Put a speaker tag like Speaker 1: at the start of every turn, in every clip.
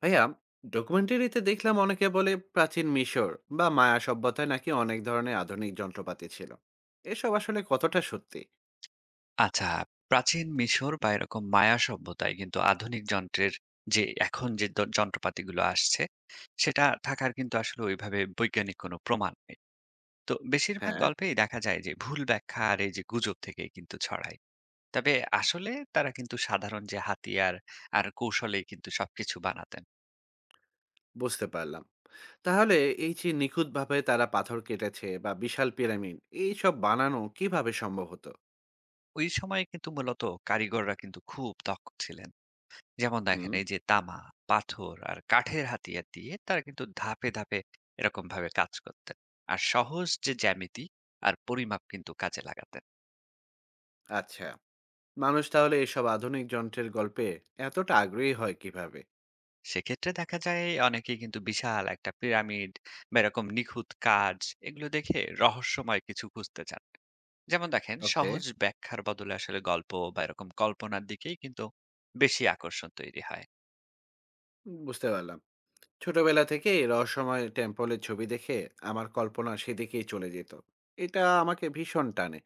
Speaker 1: ভাইয়া, ডকুমেন্টারিতে দেখলাম অনেকে বলে প্রাচীন মিশর বা মায়া সভ্যতায় নাকি অনেক ধরনের আধুনিক যন্ত্রপাতি ছিল। এসব আসলে কতটা সত্যি?
Speaker 2: আচ্ছা, প্রাচীন মিশর বা এরকম মায়া সভ্যতায় কিন্তু আধুনিক যন্ত্রের যে এখন যে যন্ত্রপাতিগুলো আসছে, সেটা থাকার কিন্তু আসলে ওইভাবে বৈজ্ঞানিক কোনো প্রমাণ নেই। তো বেশিরভাগ
Speaker 1: হ্যাঁ,
Speaker 2: গল্পেই দেখা যায় যে ভুল ব্যাখ্যা আর এই যে গুজব থেকেই কিন্তু ছড়ায়। তবে আসলে তারা কিন্তু সাধারণ যে হাতিয়ার আর কৌশলেই কিন্তু সবকিছু বানাতেন।
Speaker 1: বুঝতে পারলাম। তাহলে এই যে নিখুঁতভাবে তারা পাথর কেটেছে বা বিশাল পিরামিড, এইসব বানানো কিভাবে সম্ভব হতো?
Speaker 2: ওই সময়ে কিন্তু মূলত কারিগররা কিন্তু খুব দক্ষ ছিলেন। যেমন
Speaker 1: হুম।
Speaker 2: দেখেন এই যে তামা, পাথর আর কাঠের হাতিয়ার দিয়ে তারা কিন্তু ধাপে ধাপে এরকম ভাবে কাজ করতেন। আর সহজ যে জ্যামিতি আর পরিমাপ কিন্তু কাজে লাগাতেন।
Speaker 1: আচ্ছা, মানুষ তাহলে এসব আধুনিক যন্ত্রের গল্পে এতটা আগ্রহী হয় কিভাবে?
Speaker 2: সেক্ষেত্রে দেখা যায় অনেকেই কিন্তু বিশাল একটা পিরামিড বা এরকম নিখুঁত কাজ এগুলো দেখে রহস্যময় কিছু খুঁজতে চান। যেমন দেখেন
Speaker 1: ওকে,
Speaker 2: সহজ ব্যাখ্যার বদলে আসলে গল্প বা এরকম কল্পনার দিকেই কিন্তু বেশি আকর্ষণ তৈরি হয়।
Speaker 1: বুঝতে পারলাম। ছোটবেলা থেকেই রহস্যময় টেম্পলের ছবি দেখে আমার কল্পনা সেদিকেই চলে যেত। এটা আমাকে ভীষণ টানে।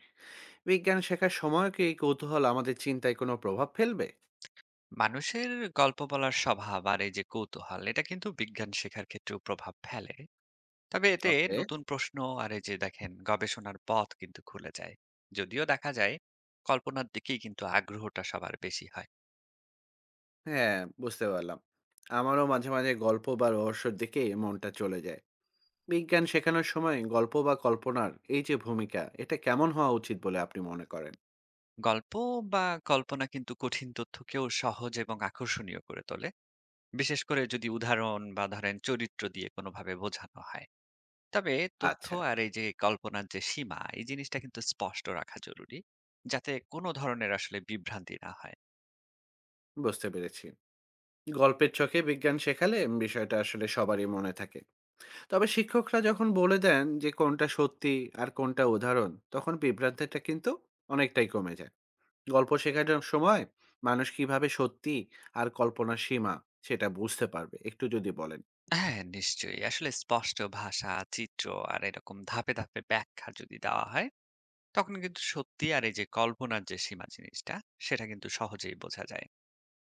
Speaker 1: বিজ্ঞান শেখার সময় কি এই কৌতূহল আমাদের চিন্তায় কোনো প্রভাব ফেলবে?
Speaker 2: মানুষের গল্প বলার স্বভাব আর এই যে কৌতূহল এটা কিন্তু বিজ্ঞান শেখার ক্ষেত্রেও প্রভাব ফেলে। তবে এতে
Speaker 1: ওকে।
Speaker 2: নতুন প্রশ্ন আর এই যে দেখেন গবেষণার পথ কিন্তু খুলে যায়, যদিও দেখা যায় কল্পনার দিকেই কিন্তু আগ্রহটা সবার বেশি হয়।
Speaker 1: হ্যাঁ, বুঝতে পারলাম। আমারও মাঝে মাঝে গল্প বা রহস্যের দিকে মনটা চলে যায়। বিজ্ঞান শেখানোর সময় গল্প বা কল্পনার এই যে ভূমিকা, এটা কেমন হওয়া উচিত বলে আপনি মনে করেন?
Speaker 2: গল্প বা কল্পনা কিন্তু কঠিন তথ্যকেও সহজ এবং আকর্ষণীয় করে তোলে, বিশেষ করে যদি উদাহরণ বা ধরেন চরিত্র দিয়ে কোনোভাবে বোঝানো হয়। তবে তথ্য
Speaker 1: আচ্ছা,
Speaker 2: আর এই যে কল্পনার যে সীমা এই জিনিসটা কিন্তু স্পষ্ট রাখা জরুরি, যাতে কোনো ধরনের আসলে বিভ্রান্তি না হয়।
Speaker 1: বুঝতে পেরেছি। গল্পের চোখে বিজ্ঞান শেখালে বিষয়টা আসলে সবারই মনে থাকে। তবে শিক্ষকরা যখন বলে দেন যে কোনটা সত্যি আর কোনটা উদাহরণ, তখন বিভ্রান্তিটা কিন্তু অনেকটাই কমে যায়। গল্প শেখার সময় মানুষ কিভাবে সত্যি আর কল্পনার সীমা সেটা বুঝতে পারবে, একটু যদি বলেন।
Speaker 2: হ্যাঁ, নিশ্চয়ই। আসলে স্পষ্ট ভাষা, চিত্র আর এরকম ধাপে, ধাপে ব্যাখ্যা যদি দেওয়া হয়, তখন কিন্তু সত্যি আর এই যে কল্পনার যে সীমা জিনিসটা, সেটা কিন্তু সহজেই বোঝা যায়।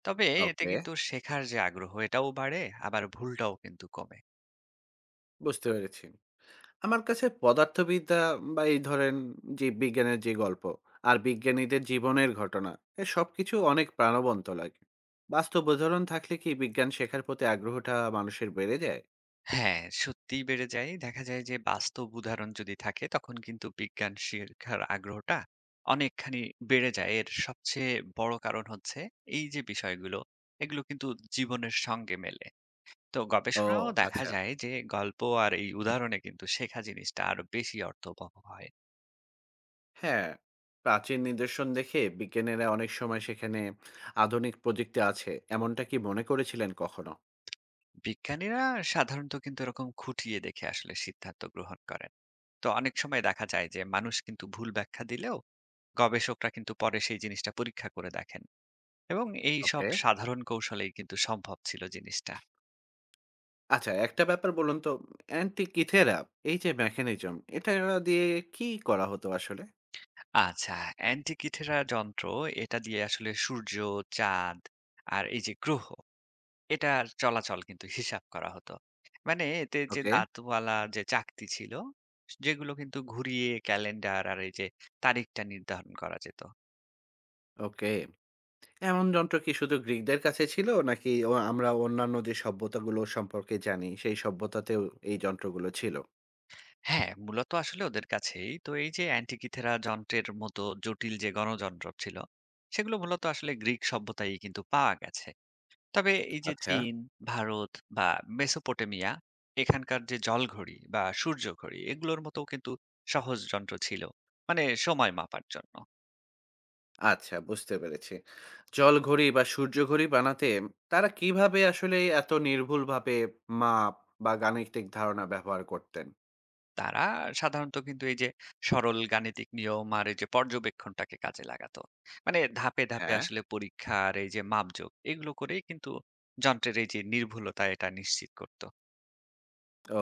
Speaker 2: তবে এতে
Speaker 1: ওকে,
Speaker 2: কিন্তু শেখার যে আগ্রহ, এটাও বাড়ে, আবার ভুলটাও কিন্তু কমে।
Speaker 1: বুঝতে পেরেছি। আমার কাছে পদার্থবিদ্যা বা এই ধরেন যে বিজ্ঞানের যে গল্প আর বিজ্ঞানীদের জীবনের ঘটনা, এ সবকিছু অনেক প্রাণবন্ত লাগে। বাস্তব উদাহরণ থাকলে কি বিজ্ঞান শেখার প্রতি আগ্রহটা মানুষের বেড়ে যায়?
Speaker 2: হ্যাঁ, সত্যিই বেড়ে যায়। দেখা যায় যে বাস্তব উদাহরণ যদি থাকে, তখন কিন্তু বিজ্ঞান শেখার আগ্রহটা অনেকখানি বেড়ে যায়। এর সবচেয়ে বড় কারণ হচ্ছে এই যে বিষয়গুলো, এগুলো কিন্তু জীবনের সঙ্গে মেলে। তো
Speaker 1: ও,
Speaker 2: গবেষণাও দেখা
Speaker 1: আচ্ছা।
Speaker 2: যায় যে গল্প আর এই উদাহরণে কিন্তু শেখা জিনিসটা আরো বেশি অর্থবহ হয়।
Speaker 1: হ্যাঁ, প্রাচীন নিদর্শন দেখে বিজ্ঞানীরা অনেক সময় সেখানে আধুনিক প্রযুক্তি আছে, এমনটা কি মনে করেছিলেন কখনো?
Speaker 2: বিজ্ঞানীরা সাধারণত কিন্তু এরকম খুঁটিয়ে দেখে আসলে সিদ্ধান্ত গ্রহণ করেন। তো অনেক সময় দেখা যায় যে মানুষ কিন্তু ভুল ব্যাখ্যা দিলেও গবেষকরা কিন্তু পরে সেই জিনিসটা পরীক্ষা করে দেখেন, এবং এই সব
Speaker 1: ওকে।
Speaker 2: সাধারণ কৌশলেই কিন্তু সম্ভব ছিল জিনিসটা।
Speaker 1: আচ্ছা, একটা ব্যাপার বলুন তো, অ্যান্টিক ইথেরা এই যে মেকানিজম, এটা দিয়ে কি করা হতো আসলে?
Speaker 2: আচ্ছা, অ্যান্টিকিথেরা যন্ত্র এটা দিয়ে আসলে সূর্য, চাঁদ আর এই যে গ্রহ এটার চলাচল কিন্তু হিসাব করা হতো। মানে এতে যে
Speaker 1: ওকে।
Speaker 2: দাঁতওয়ালা যে চাকতি ছিল, যেগুলো কিন্তু ঘুরিয়ে ক্যালেন্ডার আর এই যে তারিখটা নির্ধারণ করা যেত।
Speaker 1: ওকে। এমন যন্ত্র কি শুধু গ্রিকদের কাছে ছিল, নাকি আমরা অন্যান্য যে সভ্যতাগুলো সম্পর্কে জানি সেই সভ্যতাতেও এই যন্ত্রগুলো ছিল?
Speaker 2: হ্যাঁ, মূলত আসলে ওদের কাছেই। তো এই যে অ্যান্টিকিথেরা যন্ত্রের মতো জটিল যে গণযন্ত্র ছিল, সেগুলো মূলত আসলে গ্রিক সভ্যতায়ই কিন্তু পাওয়া গেছে। তবে এই যে
Speaker 1: আচ্ছা।
Speaker 2: চীন, ভারত বা মেসোপটেমিয়া, এখানকার যে জলঘড়ি বা সূর্যঘড়ি, এগুলোর মতোও কিন্তু সহজ যন্ত্র ছিল। মানে সময় মাপার জন্য।
Speaker 1: আচ্ছা, বুঝতে পেরেছি। জলঘড়ি বা সূর্যঘড়ি বানাতে তারা কিভাবে আসলে এত নির্ভুলভাবে মাপ বা গাণিতিক ধারণা ব্যবহার করতেন?
Speaker 2: তারা সাধারণত কিন্তু এই যে সরল গাণিতিক নিয়ম আর এই যে পর্যবেক্ষণটাকে কাজে লাগাতো। মানে ধাপে ধাপে
Speaker 1: হ্যাঁ।
Speaker 2: আসলে পরীক্ষা আর এই যে মাপযোগ এগুলো করেই কিন্তু যন্ত্রের এই যে নির্ভুলতা এটা নিশ্চিত করত।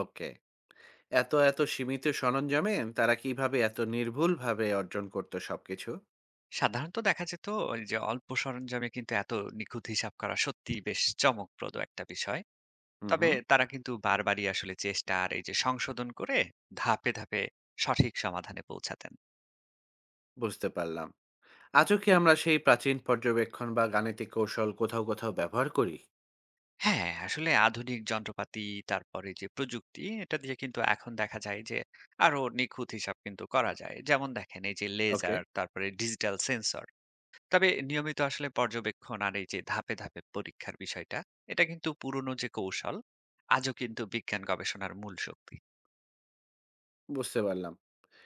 Speaker 1: ওকে। এত, এত সীমিত সরঞ্জামে তারা কিভাবে এত নির্ভুলভাবে অর্জন করতো সবকিছু?
Speaker 2: সাধারণত দেখা যেত ওই যে অল্প সরঞ্জামে কিন্তু এত নিখুঁত হিসাব করা সত্যি বেশ চমকপ্রদ একটা বিষয়।
Speaker 1: হুম,
Speaker 2: তবে
Speaker 1: হুম।
Speaker 2: তারা কিন্তু বারবারই আসলে চেষ্টা আর এই যে সংশোধন করে ধাপে ধাপে সঠিক সমাধানে পৌঁছাতেন।
Speaker 1: বুঝতে পারলাম। আজও কি আমরা সেই প্রাচীন পর্যবেক্ষণ বা গাণিতিক কৌশল কোথাও, কোথাও ব্যবহার করি?
Speaker 2: হ্যাঁ, আসলে আধুনিক যন্ত্রপাতি তারপরে যে প্রযুক্তি এটা দিয়ে কিন্তু এখন দেখা যায় যে আরো নিখুঁত হিসাব কিন্তু করা যায়। যেমন দেখেন এই যে
Speaker 1: ওকে,
Speaker 2: লেজার তারপরে ডিজিটাল সেন্সর। তবে নিয়মিত আসলে পর্যবেক্ষণ আর এই যে ধাপে, ধাপে পরীক্ষার বিষয়টা এটা কিন্তু পুরনো যে কৌশল আজও কিন্তু বিজ্ঞান গবেষণার মূল শক্তি।
Speaker 1: বুঝতে পারলাম।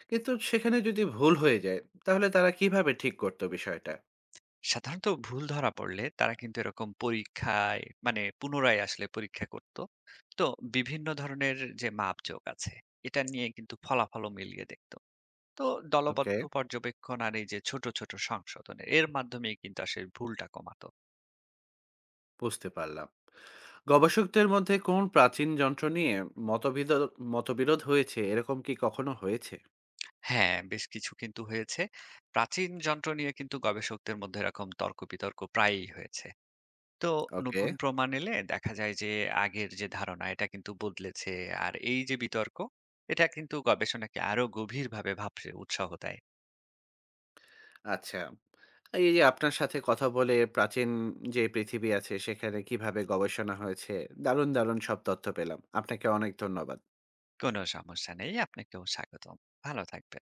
Speaker 1: কিন্তু সেখানে যদি ভুল হয়ে যায় তাহলে তারা কিভাবে ঠিক করতো বিষয়টা?
Speaker 2: সাধারণত ভুল ধরা পড়লে তারা কিন্তু এরকম পরীক্ষায় মানে পুনরায় আসলে পরীক্ষা করত। তো বিভিন্ন ধরনের যে মাপজোক আছে এটা নিয়ে কিন্তু ফলাফলও মিলিয়ে দেখত। তো
Speaker 1: ওকে,
Speaker 2: দলবদ্ধ পর্যবেক্ষণ আর এই যে ছোট ছোট সংশোধনের এর মাধ্যমে কিন্তু আসলে ভুলটা কমাতো।
Speaker 1: বুঝতে পারলাম। গবেষকদের মধ্যে কোন প্রাচীন যন্ত্র নিয়ে মতবিদ মতবিরোধ হয়েছে, এরকম কি কখনো হয়েছে?
Speaker 2: হ্যাঁ, বেশ কিছু কিন্তু হয়েছে। প্রাচীন যন্ত্র নিয়ে কিন্তু গবেষকদের মধ্যে এরকম তর্ক বিতর্ক প্রায়ই হয়েছে। তো
Speaker 1: ওকে।
Speaker 2: নতুন প্রমাণ এলে দেখা যায় যে আগের যে ধারণা এটা কিন্তু বদলেছে, আর এই যে বিতর্ক এটা কিন্তু গবেষণাকে আরো গভীরভাবে ভাবতে উৎসাহ দেয়।
Speaker 1: আচ্ছা, এই যে আপনার সাথে কথা বলে প্রাচীন যে পৃথিবী আছে সেখানে কিভাবে গবেষণা হয়েছে, দারুণ দারুণ সব তথ্য পেলাম। আপনাকে অনেক ধন্যবাদ।
Speaker 2: কোনো সমস্যা নেই, আপনাকেও স্বাগতম। ভালো থাকবেন।